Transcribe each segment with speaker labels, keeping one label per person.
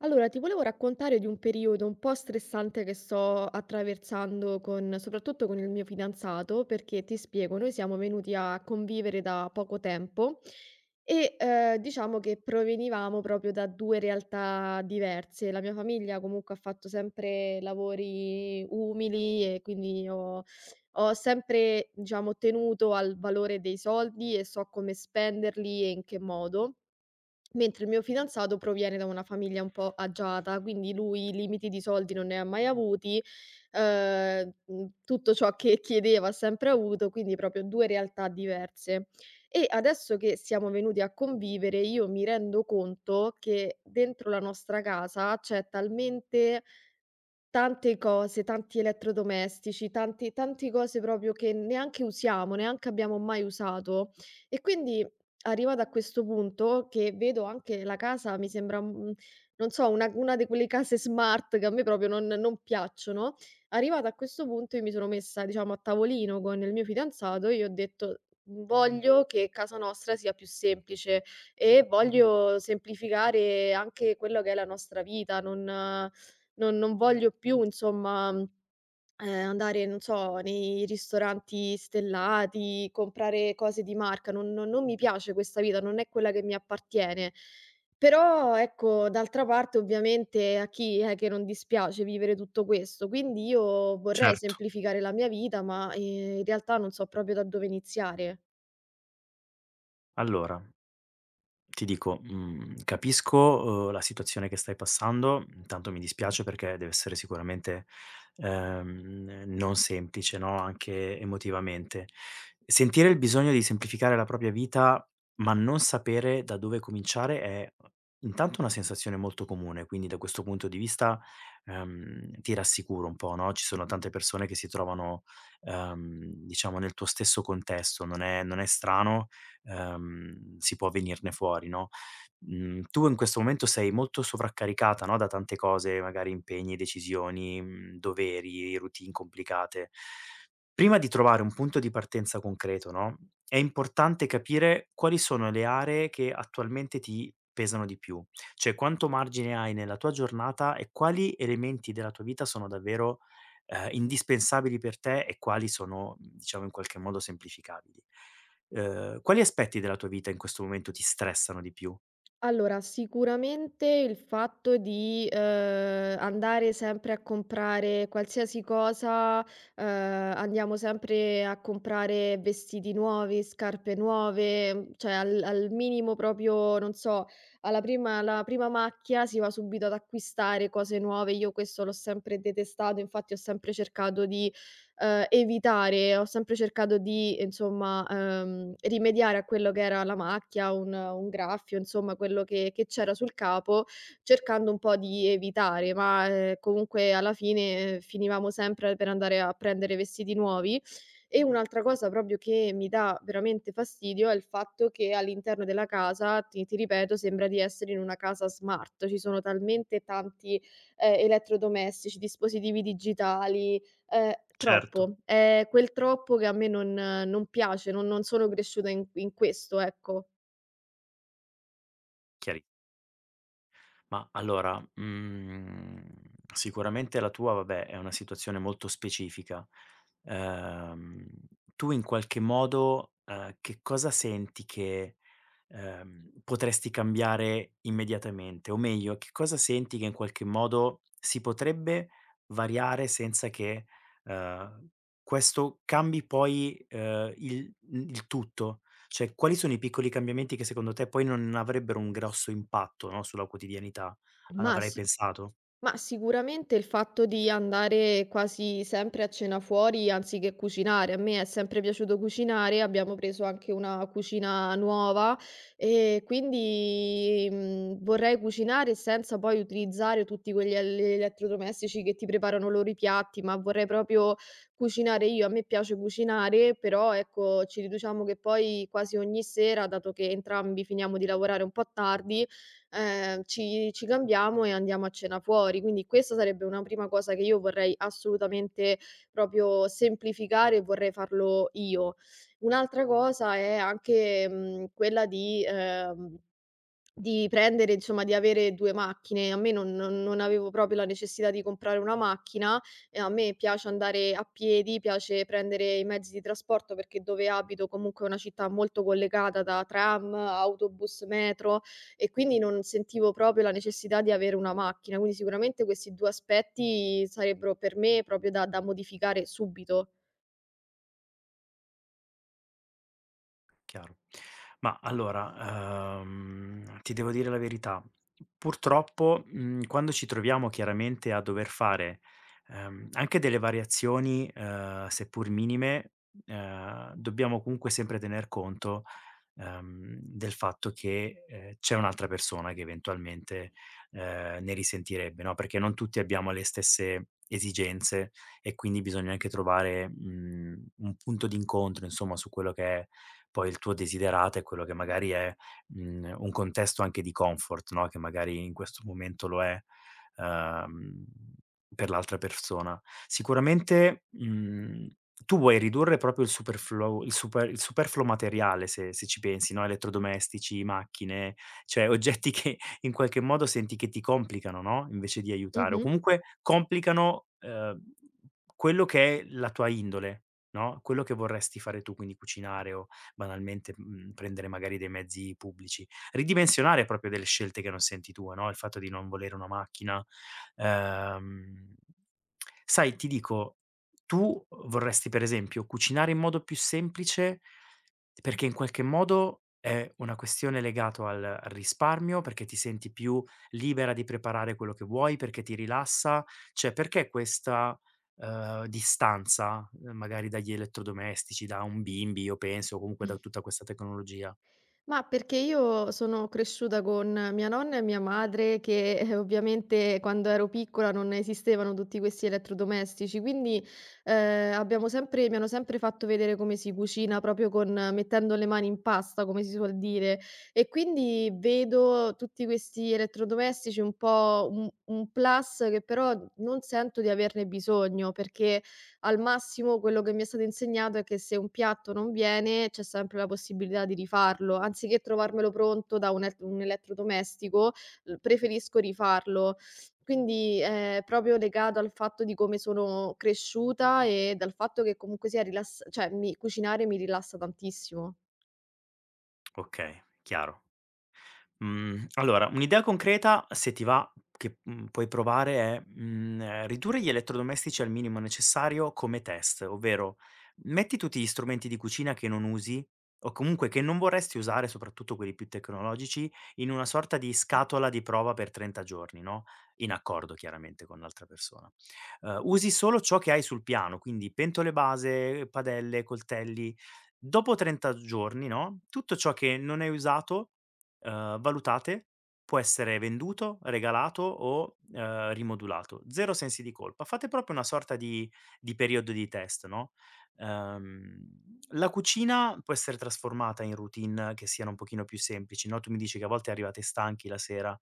Speaker 1: Allora, ti volevo raccontare di un periodo un po' stressante che sto attraversando con soprattutto con il mio fidanzato, perché ti spiego, noi siamo venuti a convivere da poco tempo e diciamo che provenivamo proprio da due realtà diverse. La mia famiglia comunque ha fatto sempre lavori umili e quindi ho, ho sempre, diciamo, tenuto al valore dei soldi e so come spenderli e in che modo. Mentre il mio fidanzato proviene da una famiglia un po' agiata, quindi lui limiti di soldi non ne ha mai avuti, tutto ciò che chiedeva ha sempre avuto, quindi proprio 2 realtà diverse. E adesso che siamo venuti a convivere, io mi rendo conto che dentro la nostra casa c'è talmente tante cose, tanti elettrodomestici, tanti tante cose proprio che neanche usiamo, neanche abbiamo mai usato. E quindi arrivata a questo punto che vedo anche la casa mi sembra, non so, una di quelle case smart che a me proprio non piacciono. Arrivata a questo punto io mi sono messa, diciamo, a tavolino con il mio fidanzato e gli ho detto: "Voglio che casa nostra sia più semplice e voglio semplificare anche quello che è la nostra vita, non". Non voglio più insomma, andare, non so, nei ristoranti stellati, comprare cose di marca, non mi piace questa vita, non è quella che mi appartiene. Però ecco, d'altra parte ovviamente a chi è che non dispiace vivere tutto questo? Quindi io vorrei
Speaker 2: Certo.
Speaker 1: semplificare la mia vita, ma, in realtà non so proprio da dove iniziare.
Speaker 2: Allora, ti dico, capisco, la situazione che stai passando. Intanto mi dispiace perché deve essere sicuramente, non semplice, no, anche emotivamente. Sentire il bisogno di semplificare la propria vita, ma non sapere da dove cominciare è intanto una sensazione molto comune. Quindi da questo punto di vista, ti rassicuro un po', no, ci sono tante persone che si trovano, diciamo, nel tuo stesso contesto. Non è strano, si può venirne fuori, no. Tu in questo momento sei molto sovraccaricata, no, da tante cose, magari impegni, decisioni, doveri, routine complicate. Prima di trovare un punto di partenza concreto, no, è importante capire quali sono le aree che attualmente ti pesano di più, cioè quanto margine hai nella tua giornata e quali elementi della tua vita sono davvero, indispensabili per te, e quali sono, diciamo, in qualche modo semplificabili. Quali aspetti della tua vita in questo momento ti stressano di più?
Speaker 1: Allora, sicuramente il fatto di, andare sempre a comprare qualsiasi cosa, andiamo sempre a comprare vestiti nuovi, scarpe nuove, cioè al minimo proprio, non so, alla prima macchia si va subito ad acquistare cose nuove. Io questo l'ho sempre detestato, infatti ho sempre cercato di evitare, ho sempre cercato di, insomma, rimediare a quello che era la macchia, un graffio, insomma quello che c'era sul capo, cercando un po' di evitare, ma, comunque alla fine finivamo sempre per andare a prendere vestiti nuovi. E un'altra cosa proprio che mi dà veramente fastidio è il fatto che all'interno della casa, ti ripeto, sembra di essere in una casa smart. Ci sono talmente tanti, elettrodomestici, dispositivi digitali.
Speaker 2: Certo.
Speaker 1: Troppo. È quel troppo che a me non piace, non sono cresciuta in questo, ecco.
Speaker 2: Chiari, ma allora, sicuramente la tua, vabbè, è una situazione molto specifica. Ehm, Tu in qualche modo, che cosa senti che, potresti cambiare immediatamente? O meglio, che cosa senti che in qualche modo si potrebbe variare senza che, ehm, questo cambi poi, il tutto? Cioè, quali sono i piccoli cambiamenti che secondo te poi non avrebbero un grosso impatto, no, sulla quotidianità?
Speaker 1: Ma
Speaker 2: Avrai
Speaker 1: sì.
Speaker 2: pensato?
Speaker 1: Ma sicuramente il fatto di andare quasi sempre a cena fuori anziché cucinare. A me è sempre piaciuto cucinare, abbiamo preso anche una cucina nuova e quindi, vorrei cucinare senza poi utilizzare tutti quegli el elettrodomestici che ti preparano loro i piatti, ma vorrei proprio cucinare io. A me piace cucinare, però ecco ci riduciamo che poi quasi ogni sera, dato che entrambi finiamo di lavorare un po' tardi, ci cambiamo e andiamo a cena fuori. Quindi questa sarebbe una prima cosa che io vorrei assolutamente proprio semplificare e vorrei farlo io. Un'altra cosa è anche, quella di prendere insomma di avere 2 macchine. A me non avevo proprio la necessità di comprare una macchina, e a me piace andare a piedi, piace prendere i mezzi di trasporto perché dove abito comunque è una città molto collegata da tram, autobus, metro e quindi non sentivo proprio la necessità di avere una macchina. Quindi sicuramente questi 2 aspetti sarebbero per me proprio da modificare subito.
Speaker 2: Chiaro. Ma allora, ti devo dire la verità, purtroppo, quando ci troviamo chiaramente a dover fare, anche delle variazioni, seppur minime, dobbiamo comunque sempre tener conto del fatto che, c'è un'altra persona che eventualmente, ne risentirebbe, no, perché non tutti abbiamo le stesse esigenze, e quindi bisogna anche trovare, un punto d'incontro, insomma, su quello che è poi il tuo desiderato e quello che magari è, un contesto anche di comfort, no, che magari in questo momento lo è. Ehm per l'altra persona. Sicuramente, tu vuoi ridurre proprio il superfluo materiale, se ci pensi, no: elettrodomestici, macchine, cioè oggetti che in qualche modo senti che ti complicano, no, invece di aiutare, o
Speaker 1: Mh-mh.
Speaker 2: comunque complicano, quello che è la tua indole, no, quello che vorresti fare tu, quindi cucinare o banalmente, prendere magari dei mezzi pubblici. Ridimensionare proprio delle scelte che non senti tue, no, il fatto di non volere una macchina. Ehm, Sai, ti dico, tu vorresti per esempio cucinare in modo più semplice, perché in qualche modo è una questione legato al risparmio, perché ti senti più libera di preparare quello che vuoi, perché ti rilassa? Cioè, perché questa, distanza, magari dagli elettrodomestici, da un bimby, io penso, o comunque da tutta questa tecnologia?
Speaker 1: Ma perché io sono cresciuta con mia nonna e mia madre che, ovviamente quando ero piccola non esistevano tutti questi elettrodomestici, quindi, eh, abbiamo sempre mi hanno sempre fatto vedere come si cucina proprio con mettendo le mani in pasta, come si suol dire. E quindi vedo tutti questi elettrodomestici un po' un plus che però non sento di averne bisogno, perché al massimo quello che mi è stato insegnato è che se un piatto non viene, c'è sempre la possibilità di rifarlo. Anziché trovarmelo pronto da un elettrodomestico, l preferisco rifarlo. Quindi è proprio legato al fatto di come sono cresciuta e dal fatto che comunque sia rilass cioè mi cucinare mi rilassa tantissimo.
Speaker 2: Okay, chiaro. Allora, un'idea concreta, se ti va, che, puoi provare è, ridurre gli elettrodomestici al minimo necessario come test, ovvero metti tutti gli strumenti di cucina che non usi o comunque che non vorresti usare, soprattutto quelli più tecnologici, in una sorta di scatola di prova per 30 giorni, no, in accordo chiaramente con l'altra persona. Usi solo ciò che hai sul piano, quindi pentole base, padelle, coltelli. Dopo 30 giorni, no, tutto ciò che non hai usato, valutate, può essere venduto, regalato o, rimodulato. 0 sensi di colpa. Fate proprio una sorta di periodo di test, no. uhm, la cucina può essere trasformata in routine che siano un pochino più semplici, no, tu mi dici che a volte arrivate stanchi la sera.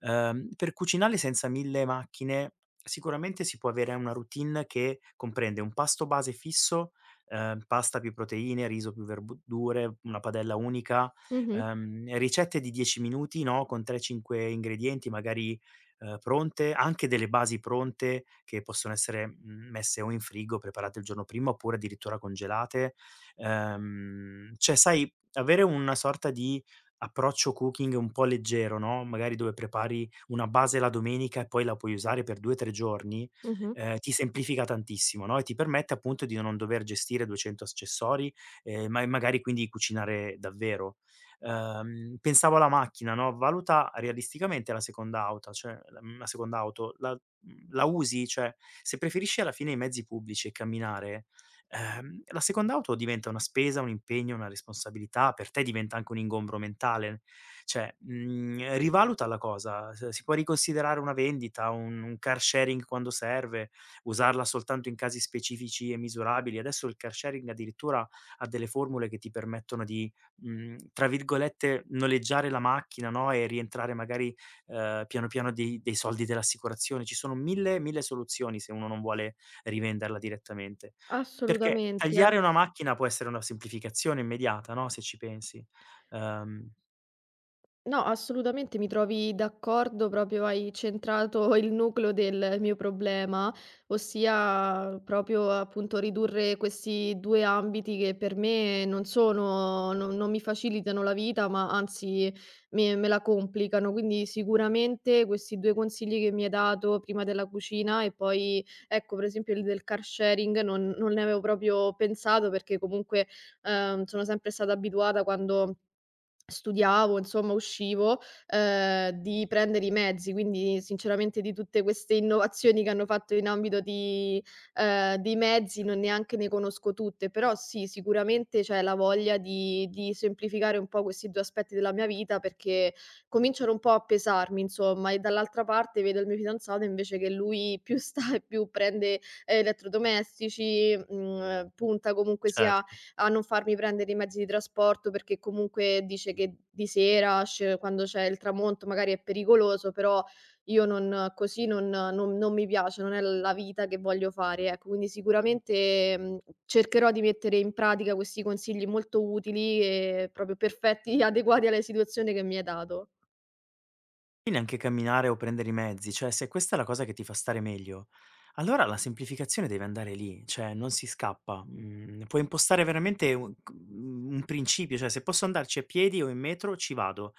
Speaker 2: Per cucinare senza 1000 macchine sicuramente si può avere una routine che comprende un pasto base fisso, pasta più proteine, riso più verdure, una padella unica,
Speaker 1: Mh-mh,
Speaker 2: ricette di 10 minuti, no, con 3, 5 ingredienti magari, pronte, anche delle basi pronte che possono essere, messe o in frigo, preparate il giorno prima, oppure addirittura congelate. Cioè, sai, avere una sorta di approccio cooking un po' leggero, no, magari dove prepari una base la domenica e poi la puoi usare per 2, 3 giorni,
Speaker 1: mh-mh.
Speaker 2: ti semplifica tantissimo, no, e ti permette appunto di non dover gestire 200 accessori, ma e magari quindi cucinare davvero. Pensavo alla macchina, no, valuta realisticamente la seconda auta, cioè la seconda auto, la usi? Cioè, se preferisci alla fine i mezzi pubblici e camminare, la seconda auto diventa una spesa, un impegno, una responsabilità, per te diventa anche un ingombro mentale. Cioè, rivaluta la cosa, s si può riconsiderare una vendita, un car sharing quando serve, usarla soltanto in casi specifici e misurabili. Adesso il car sharing addirittura ha delle formule che ti permettono di tra virgolette, "noleggiare la macchina", no, e rientrare magari, piano piano, dei soldi dell'assicurazione. Ci sono mille mille soluzioni se uno non vuole rivenderla direttamente. Perché
Speaker 1: Assolutamente.
Speaker 2: tagliare una macchina può essere una semplificazione immediata, no, se ci pensi. Ehm,
Speaker 1: No, assolutamente mi trovi d'accordo, proprio hai centrato il nucleo del mio problema, ossia proprio appunto ridurre questi due ambiti che per me non sono, non, non mi facilitano la vita, ma anzi me, me la complicano. Quindi sicuramente questi due consigli che mi hai dato prima della cucina e poi ecco, per esempio il del car sharing non, non ne avevo proprio pensato perché comunque sono sempre stata abituata quando studiavo, insomma uscivo, di prendere i mezzi, quindi sinceramente di tutte queste innovazioni che hanno fatto in ambito di mezzi non neanche ne conosco tutte, però sì, sicuramente c'è la voglia di semplificare un po' questi 2 aspetti della mia vita perché cominciano un po' a pesarmi insomma, e dall'altra parte vedo il mio fidanzato invece che lui più sta e più prende elettrodomestici, punta comunque
Speaker 2: cer
Speaker 1: sia a non farmi prendere i mezzi di trasporto, perché comunque dice che di sera sc quando c'è il tramonto magari è pericoloso, però io non così non mi piace, non è la vita che voglio fare, ecco. Quindi sicuramente, cercherò di mettere in pratica questi consigli molto utili e proprio perfetti, adeguati alla situazione che mi hai dato.
Speaker 2: E neanche camminare o prendere i mezzi, cioè se questa è la cosa che ti fa stare meglio, allora la semplificazione deve andare lì, cioè non si scappa. Mhmm, Puoi impostare veramente un principio, cioè se posso andarci a piedi o in metro ci vado,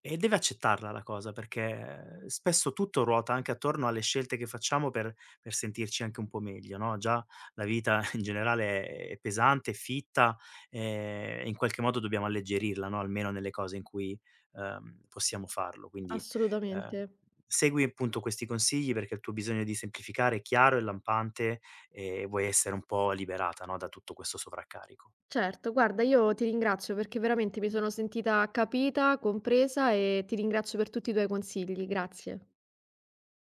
Speaker 2: e deve accettarla la cosa, perché spesso tutto ruota anche attorno alle scelte che facciamo per sentirci anche un po' meglio, no. Già la vita in generale è pesante, è fitta, e in qualche modo dobbiamo alleggerirla, no, almeno nelle cose in cui, possiamo farlo, quindi Ehm,
Speaker 1: Assolutamente.
Speaker 2: segui appunto questi consigli, perché il tuo bisogno di semplificare è chiaro e lampante, e vuoi essere un po' liberata, no, da tutto questo sovraccarico.
Speaker 1: Certo, guarda io ti ringrazio perché veramente mi sono sentita capita, compresa e ti ringrazio per tutti i tuoi consigli. Grazie.